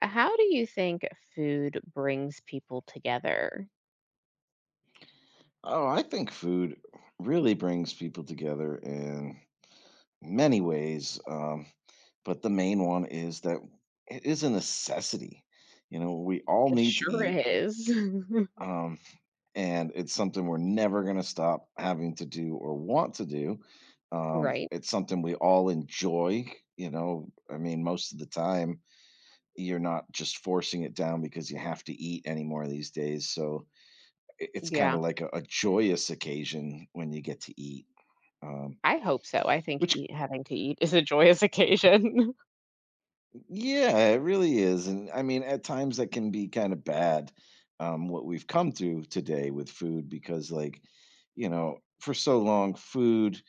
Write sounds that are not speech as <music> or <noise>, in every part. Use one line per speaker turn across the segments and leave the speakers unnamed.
How do you think food brings people together?
Oh, I think food really brings people together in many ways. But the main one is that it is a necessity. You know, we all
It
need to
sure
eat.
is. <laughs>
Um, and it's something we're never going to stop having to do or want to do.
Right?
It's something we all enjoy. You know, I mean, most of the time, you're not just forcing it down because you have to eat anymore these days. So it's kind of
Yeah,
like a joyous occasion when you get to eat. Um,
I hope so. I think
which
having to eat is a joyous occasion.
yeah, it really is, and I mean, at times that can be kind of bad, what we've come through today with food because, like, you know, for so long, food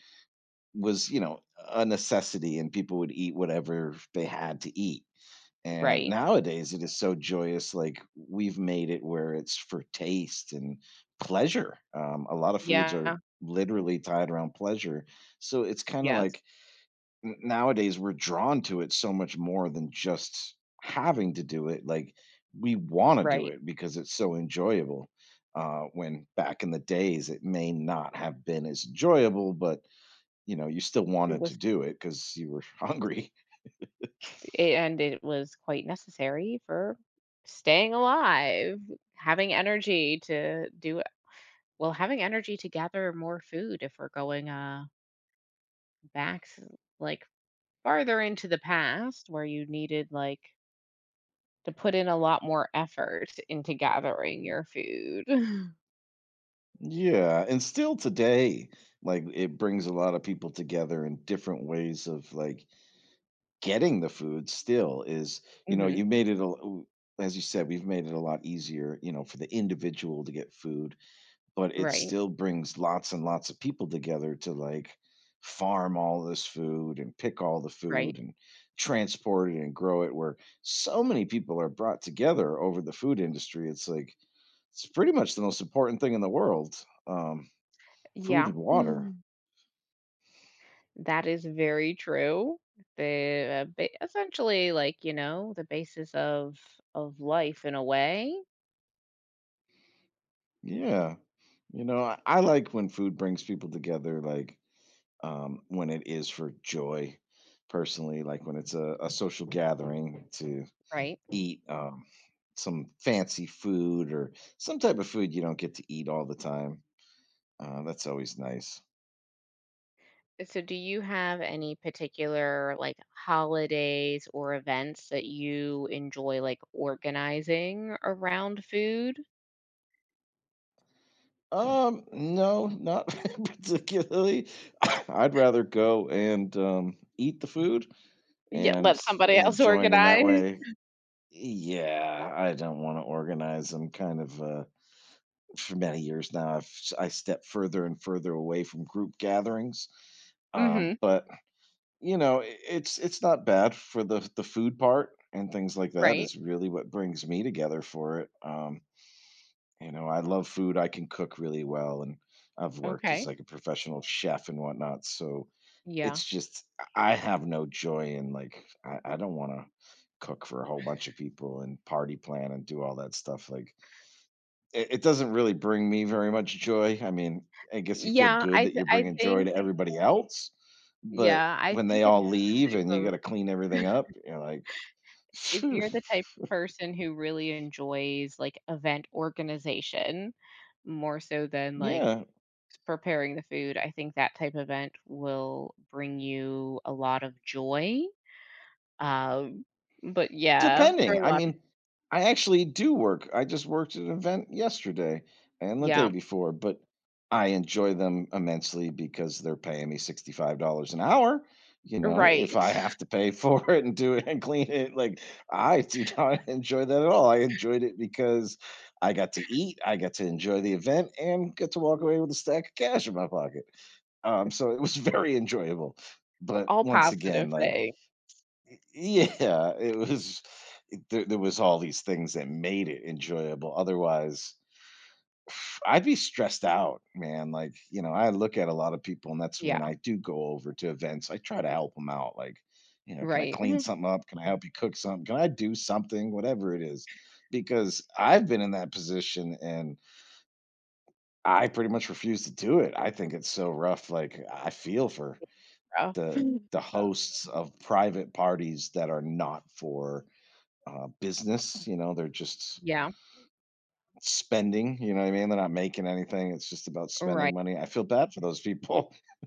was, you know, a necessity and people would eat whatever they had to eat.
<laughs>
And
Right?
nowadays it is so joyous, like we've made it where it's for taste and pleasure. A lot of foods are
Yeah.
literally tied around pleasure. So it's kind of
Yes.
like nowadays we're drawn to it so much more than just having to do it, like we want to do
Right.
it because it's so enjoyable when back in the days it may not have been as enjoyable, but you know you still
It
wanted to
was,
do it cuz you were <laughs> hungry.
and it was quite necessary for staying alive, having energy to do well, having energy to gather more food if we're going back like farther into the past where you needed like to put in a lot more effort into gathering your food. <laughs>
Yeah, and still today, like it brings a lot of people together in different ways of like getting the food still is, you know,
Mhm.
you made it as you said, we've made it a lot easier, you know, for the individual to get food, but it
Right,
still brings lots and lots of people together to like farm all this food and pick all the
right.
food and transport it and grow it, where so many people are brought together over the food industry. It's like it's pretty much the most important thing in the world, um, food
Yeah.
and water.
Mm. That is very true. The, ba Essentially, like, the basis of life in a way,
Yeah, you know, I like when food brings people together, like when it is for joy personally, like when it's a social gathering to
right?
eat, some fancy food or some type of food you don't get to eat all the time. That's always nice.
So do you have any particular, like, holidays or events that you enjoy, like, organizing around food?
Hmm. No, not <laughs> particularly. <coughs> I'd rather go and eat the food
Yeah,
and
let somebody <laughs> else
join in that
organize.
way. Yeah, I don't want to organize. I'm kind of for many years now. I've s- I have I step further and further away from group gatherings.
Mhm.
But you know, I it's not bad for the food part, and things like that
Right.
is really what brings me together for it. You know, I love food, I can cook really well, and I've worked as,
Okay.
like, a professional chef and whatnot, so
Yeah.
it's just I have no joy in, like, I don't wanna cook for a whole bunch of people and party plan and do all that stuff, like, it doesn't really bring me very much joy. I mean, I guess you feel
Yeah,
good that you're
I
bringing joy
think,
to everybody else, but
yeah, I
when they
think it's
all leave
type
and you got
of
to clean everything up, you're like,
if
phew,
you're the type of person who really enjoys, like, event organization more so than, like,
yeah.
preparing the food, I think that type of event will bring you a lot of joy, um, but yeah, for
Depending,
a
I
lot of
mean, I actually do work. I just worked at an event yesterday and the day
yeah,
before, but I enjoy them immensely because they're paying me $65 an hour. You know,
right.
if I have
<laughs>
to pay <laughs> for it and do it and clean it, like I do not <laughs> enjoy that at all. I enjoyed it because I got to eat, I got to enjoy the event, and get to walk away with a stack of cash in my pocket. So it was <laughs> very enjoyable. But
All
once again,
positive
like,
thing.
<laughs> yeah, it was there was all these things that made it enjoyable, otherwise <sighs> I'd be stressed out, man, like, you know, I look at a lot of people, and that's
Yeah,
when I do go over to events, I try to help them out, like, you know, "Can I
right.
clean
<laughs>
something up? Can I help you cook something? Can I do something?" Whatever it is, because I've been in that position, and I pretty much refuse to do it, I think it's so rough, like, I feel for
Rough.
the the hosts of private parties that are not for, business, you know, they're just
Yeah,
spending, you know what I mean? They're not making anything. It's just about spending
right.
money. I feel bad for those people. <laughs>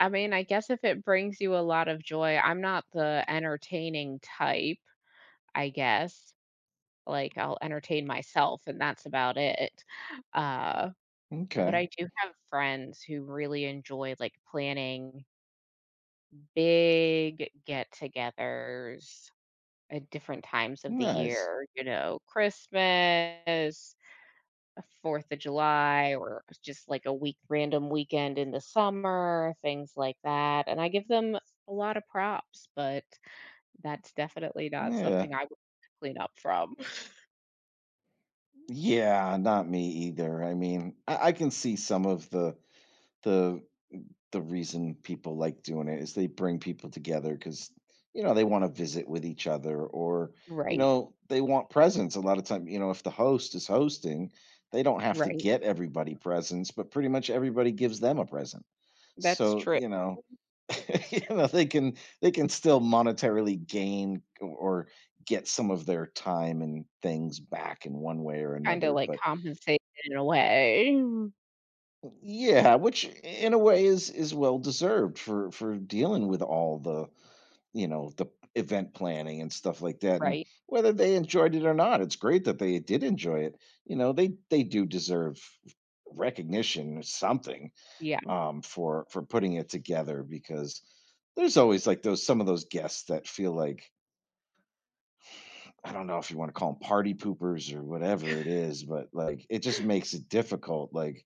I mean, I guess if it brings you a lot of joy, I'm not the entertaining type, I guess. Like, I'll entertain myself, and that's about it. Uh, but
Okay.
I do have friends who really enjoy, like, planning big get-togethers at different times of the
Nice.
year, you know, Christmas, 4th of July, or just, like, a week random weekend in the summer, things like that, and I give them a lot of props, but that's definitely not
Yeah.
something I would clean up from. <laughs>
Yeah, not me either. I mean, I can see some of the the reason people like doing it is they bring people together because you know they want to visit with each other, or you
Right,
know they want presents a lot of time, you know, if the host is hosting, they don't have to
right.
get everybody presents, but pretty much everybody gives them a present.
That's
So
true.
you know, <laughs> you know they can still monetarily gain or get some of their time and things back in one way or
Kinda,
another.
like,
But
compensated in a way.
yeah, which in a way is well deserved for dealing with all the, you know, the event planning and stuff like that, and
Right.
whether they enjoyed it or not, it's great that they did enjoy it. You know, they do deserve recognition or something,
Yeah.
um, for putting it together, because there's always like those some of those guests that feel like, I don't know if you want to call them party poopers or whatever it is, but like it just makes it difficult. Like,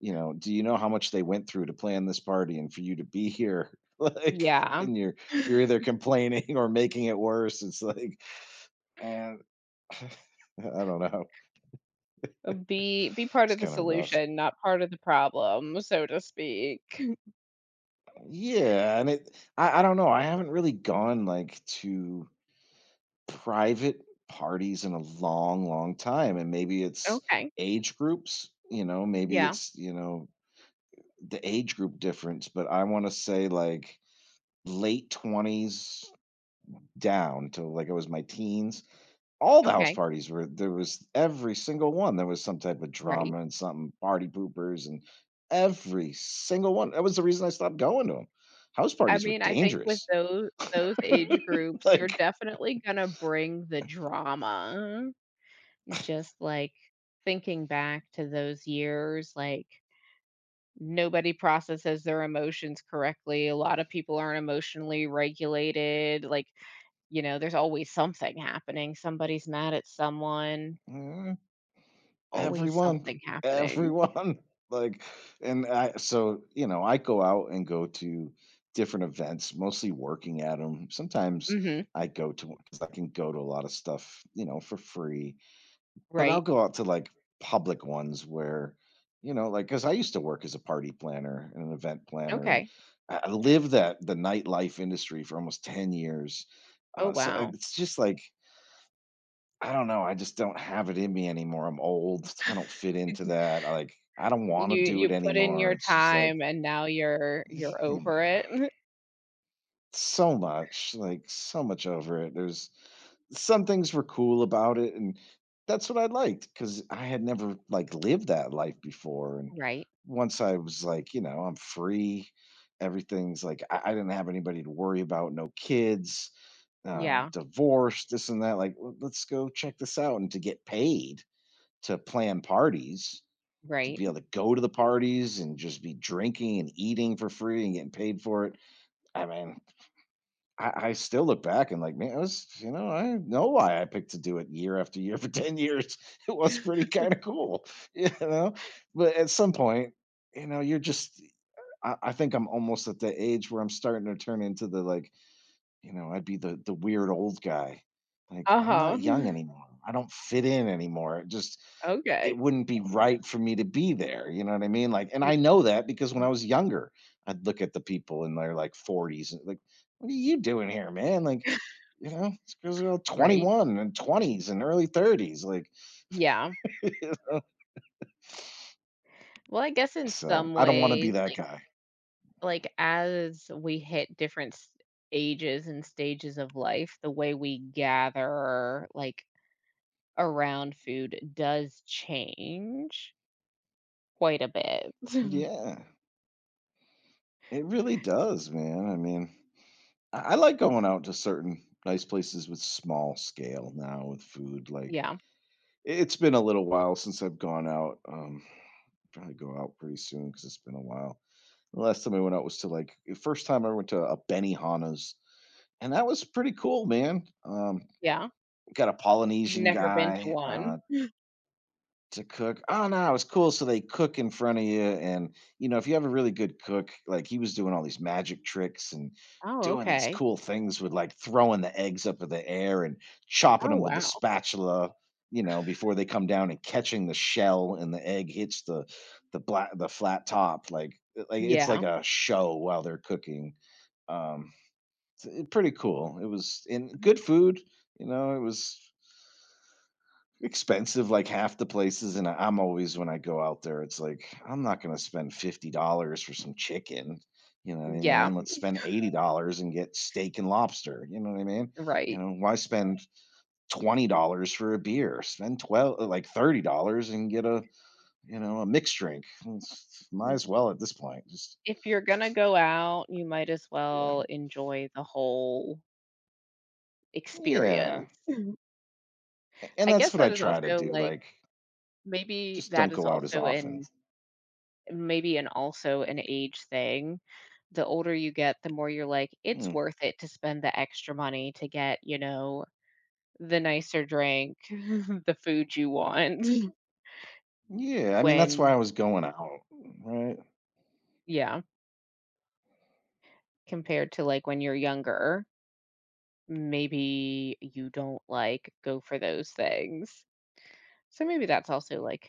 you know, do you know how much they went through to plan this party and for you to be here? <laughs> Like,
Yeah.
and you're either
<laughs>
complaining or making it worse. It's like, man, I don't know.
Be part
It's
of the
kind of rough.
solution, not part of the problem, so to speak.
Yeah, and it I don't know. I haven't really gone like to private parties in a long, long time. And maybe it's
Okay.
age groups, you know, maybe
Yeah.
it's, you know, the age group difference. But I want to say like late 20s down to like it was my teens. All the house
Okay.
parties were there was every single one. There was some type of drama
Right.
and something, party poopers and every single one. That was the reason I stopped going to them. House
I
parties were
mean, I think with
dangerous. <laughs>
those age groups, you're
Like,
definitely gonna bring the drama. Just, like, thinking back to those years, like nobody processes their emotions correctly. A lot of people aren't emotionally regulated. Like, there's always something happening. Somebody's mad at someone,
eh,
always
everyone,
something happening.
everyone. <laughs> Like, and so, you know, I go out and go to different events, mostly working at them. Sometimes
Mhm.
I go to because I can go to a lot of stuff, you know, for free, but I'll
Right.
go out to like public ones where, you know, like, because I used to work as a party planner and an event planner, and
Okay.
I lived that the nightlife industry for almost 10 years.
Oh,
So
wow.
it's just like, I don't know, I just don't have it in me anymore, I'm old, I don't fit into that, like, I don't wanna
You
do it
you put in
anymore,
your
it's just like
time and now you're over
<sighs>
it. <laughs>
so much, like, so much over it, there's some things were cool about it, and that's what I liked because I had never, like, lived that life before, and
Right.
once I was like, you know, I'm free, everything's like I didn't have anybody to worry about, no kids,
Yeah.
divorce, this and that, like, "Well, let's go check this out," and to get paid to plan parties, to
Right.
be able to go to the parties and just be drinking and eating for free and getting paid for it. I mean, I still look back and like, man, it was, you know, I know why I picked to do it year after year for 10 years. <laughs> It was pretty kind of cool, <laughs> you know? But at some point, you know, you're just, I think I'm almost at the age where I'm starting to turn into the like, you know, I'd be the weird old guy. Like, I'm not
Uh-huh.
young
<laughs>
anymore. I don't fit in anymore. It just, it
Okay.
wouldn't be right for me to be there. You know what I mean? Like, and I know that because when I was younger, I'd look at the people in their like 40s and like, what are you doing here, man? Like, you know, these girls are all
Right.
21 and 20s and early 30s. Like,
Yeah.
<laughs> you know?
Well, I guess in
So
some
I don't want to be
ways,
that
like
guy.
like, as we hit different s ages and stages of life, the way we gather, like, around food does change quite a bit. <laughs>
Yeah, it really does, man. I mean, I like going out to certain nice places with small scale now with food. Like,
Yeah,
it's been a little while since I've gone out. Probably go out pretty soon because it's been a while. The last time I went out was to like the first time I went to a Benihana's, and that was pretty cool, man.
yeah.
Got a Polynesian
Never been to
guy
one.
to cook. Oh no, it was cool. So they cook in front of you, and you know if you have a really good cook, like he was doing all these magic tricks and
Oh,
doing these
okay.
cool things with like throwing the eggs up in the air and chopping
Oh,
them with the
wow.
spatula. You know, before they come down, and catching the shell, and the egg hits the flat top, like it's like
Yeah.
a show while they're cooking, um, it's, eh, pretty cool. It was in
Mhm.
good food, you know, it was expensive like half the places, and I'm always when I go out there, it's like, I'm not gonna spend $50 for some chicken, you know what I mean?
Yeah,
Let's spend $80 and get steak and lobster, you know what I mean? You
right.
know, why spend $20 for a beer? Spend 12 like $30 and get a, you know, a mixed drink. It's- Might
M
as well at this point, just
If you're gonna go out, you might as
yeah.
well enjoy the whole
Yeah,
experience. <laughs>
and
I
that's
guess
what I
that is
try to
also,
do,
like
like
maybe
just don't
that is
go out as
also
often.
an maybe an also an age thing. The older you get, the more you're like, it's
Mm.
worth it to spend the extra money to get, the nicer drink, <laughs> the food you want <laughs>
Yeah, I mean, that's why
when
I was going out, right?
yeah, compared to like when you're younger, maybe you don't like go for those things. So maybe that's also like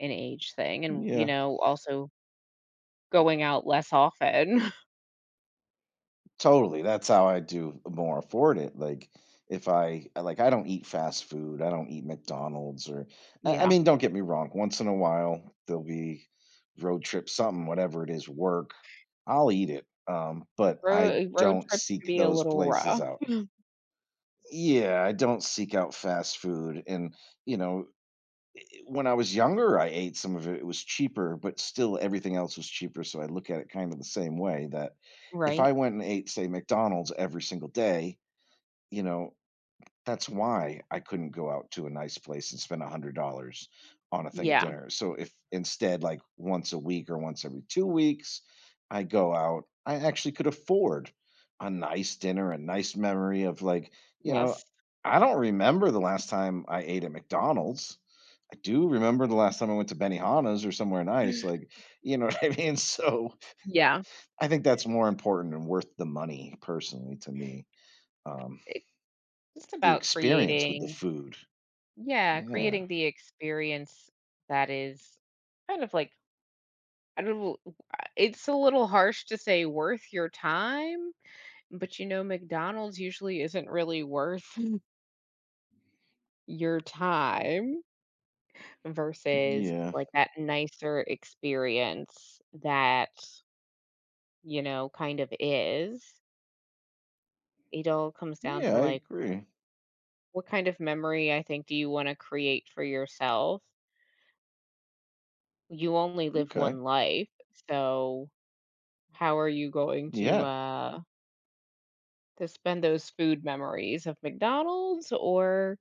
an age thing, and
Yeah,
also going out less often. <laughs>
totally. That's how I do more afford it. Like, if like, I don't eat fast food. I don't eat McDonald's, or I
Yeah.
mean, don't get me wrong. Once in a while, there'll be road trip, something, whatever it is, work. I'll eat it. But I
Road
don't
trips can
seek
be a
those
little
places
rough,
out. Yeah, I don't seek out fast food. And, you know, when I was younger, I ate some of it. It was cheaper, but still everything else was cheaper, so I look at it kind of the same way that if I
right?
went and ate, say, McDonald's every single day, you know, that's why I couldn't go out to a nice place and spend $100 on a thing of
Yeah.
dinner. So if instead, like once a week or once every 2 weeks, I go out, I actually could afford a nice dinner, a nice memory of like, you know,
Yes.
I don't remember the last time I ate at McDonald's. I do remember the last time I went to Benihana's or somewhere nice, like, you know, <laughs> what I mean? So,
Yeah,
I think that's more important and worth the money personally to me. Um,
it's just
the
about
experience with the
creating
food.
yeah,
Yeah.
creating the experience that is kind of like I don't know. It's a little harsh to say worth your time, but McDonald's usually isn't really worth <laughs> your time versus
Yeah.
like that nicer experience that, kind of is. It all comes down
Yeah,
to
I
like
agree.
what kind of memory I think do you want to create for yourself, you only live
Okay.
one life, so how are you going to
Yeah,
uh to spend those food memories of McDonald's, or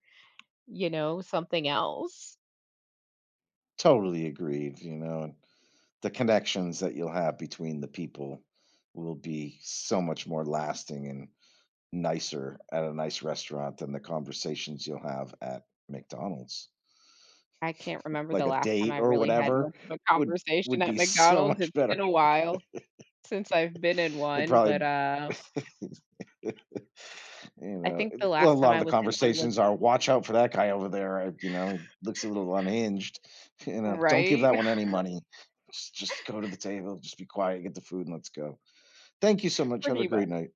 something else?
totally agreed, you know, and the connections that you'll have between the people will be so much more lasting and nicer at a nice restaurant than the conversations you'll have at McDonald's.
I can't remember
Like
the
a
last time
date
I
or
really had
whatever
much of a
would
conversation at
be so
McDonald's.
much
It's
better.
been a
<laughs>
while since I've been in
It
one, but
probably, you
I
know,
think the
well, a
last time
lot of
I
the
was in one was
conversations are watch out for that guy over there. You know, he looks a little unhinged. <laughs> You
<laughs>
know, don't give
right,
that one any money. Just go to the table, just be quiet, get the food, and let's go. Thank you so
<laughs>
much. Have a
pretty much.
great night.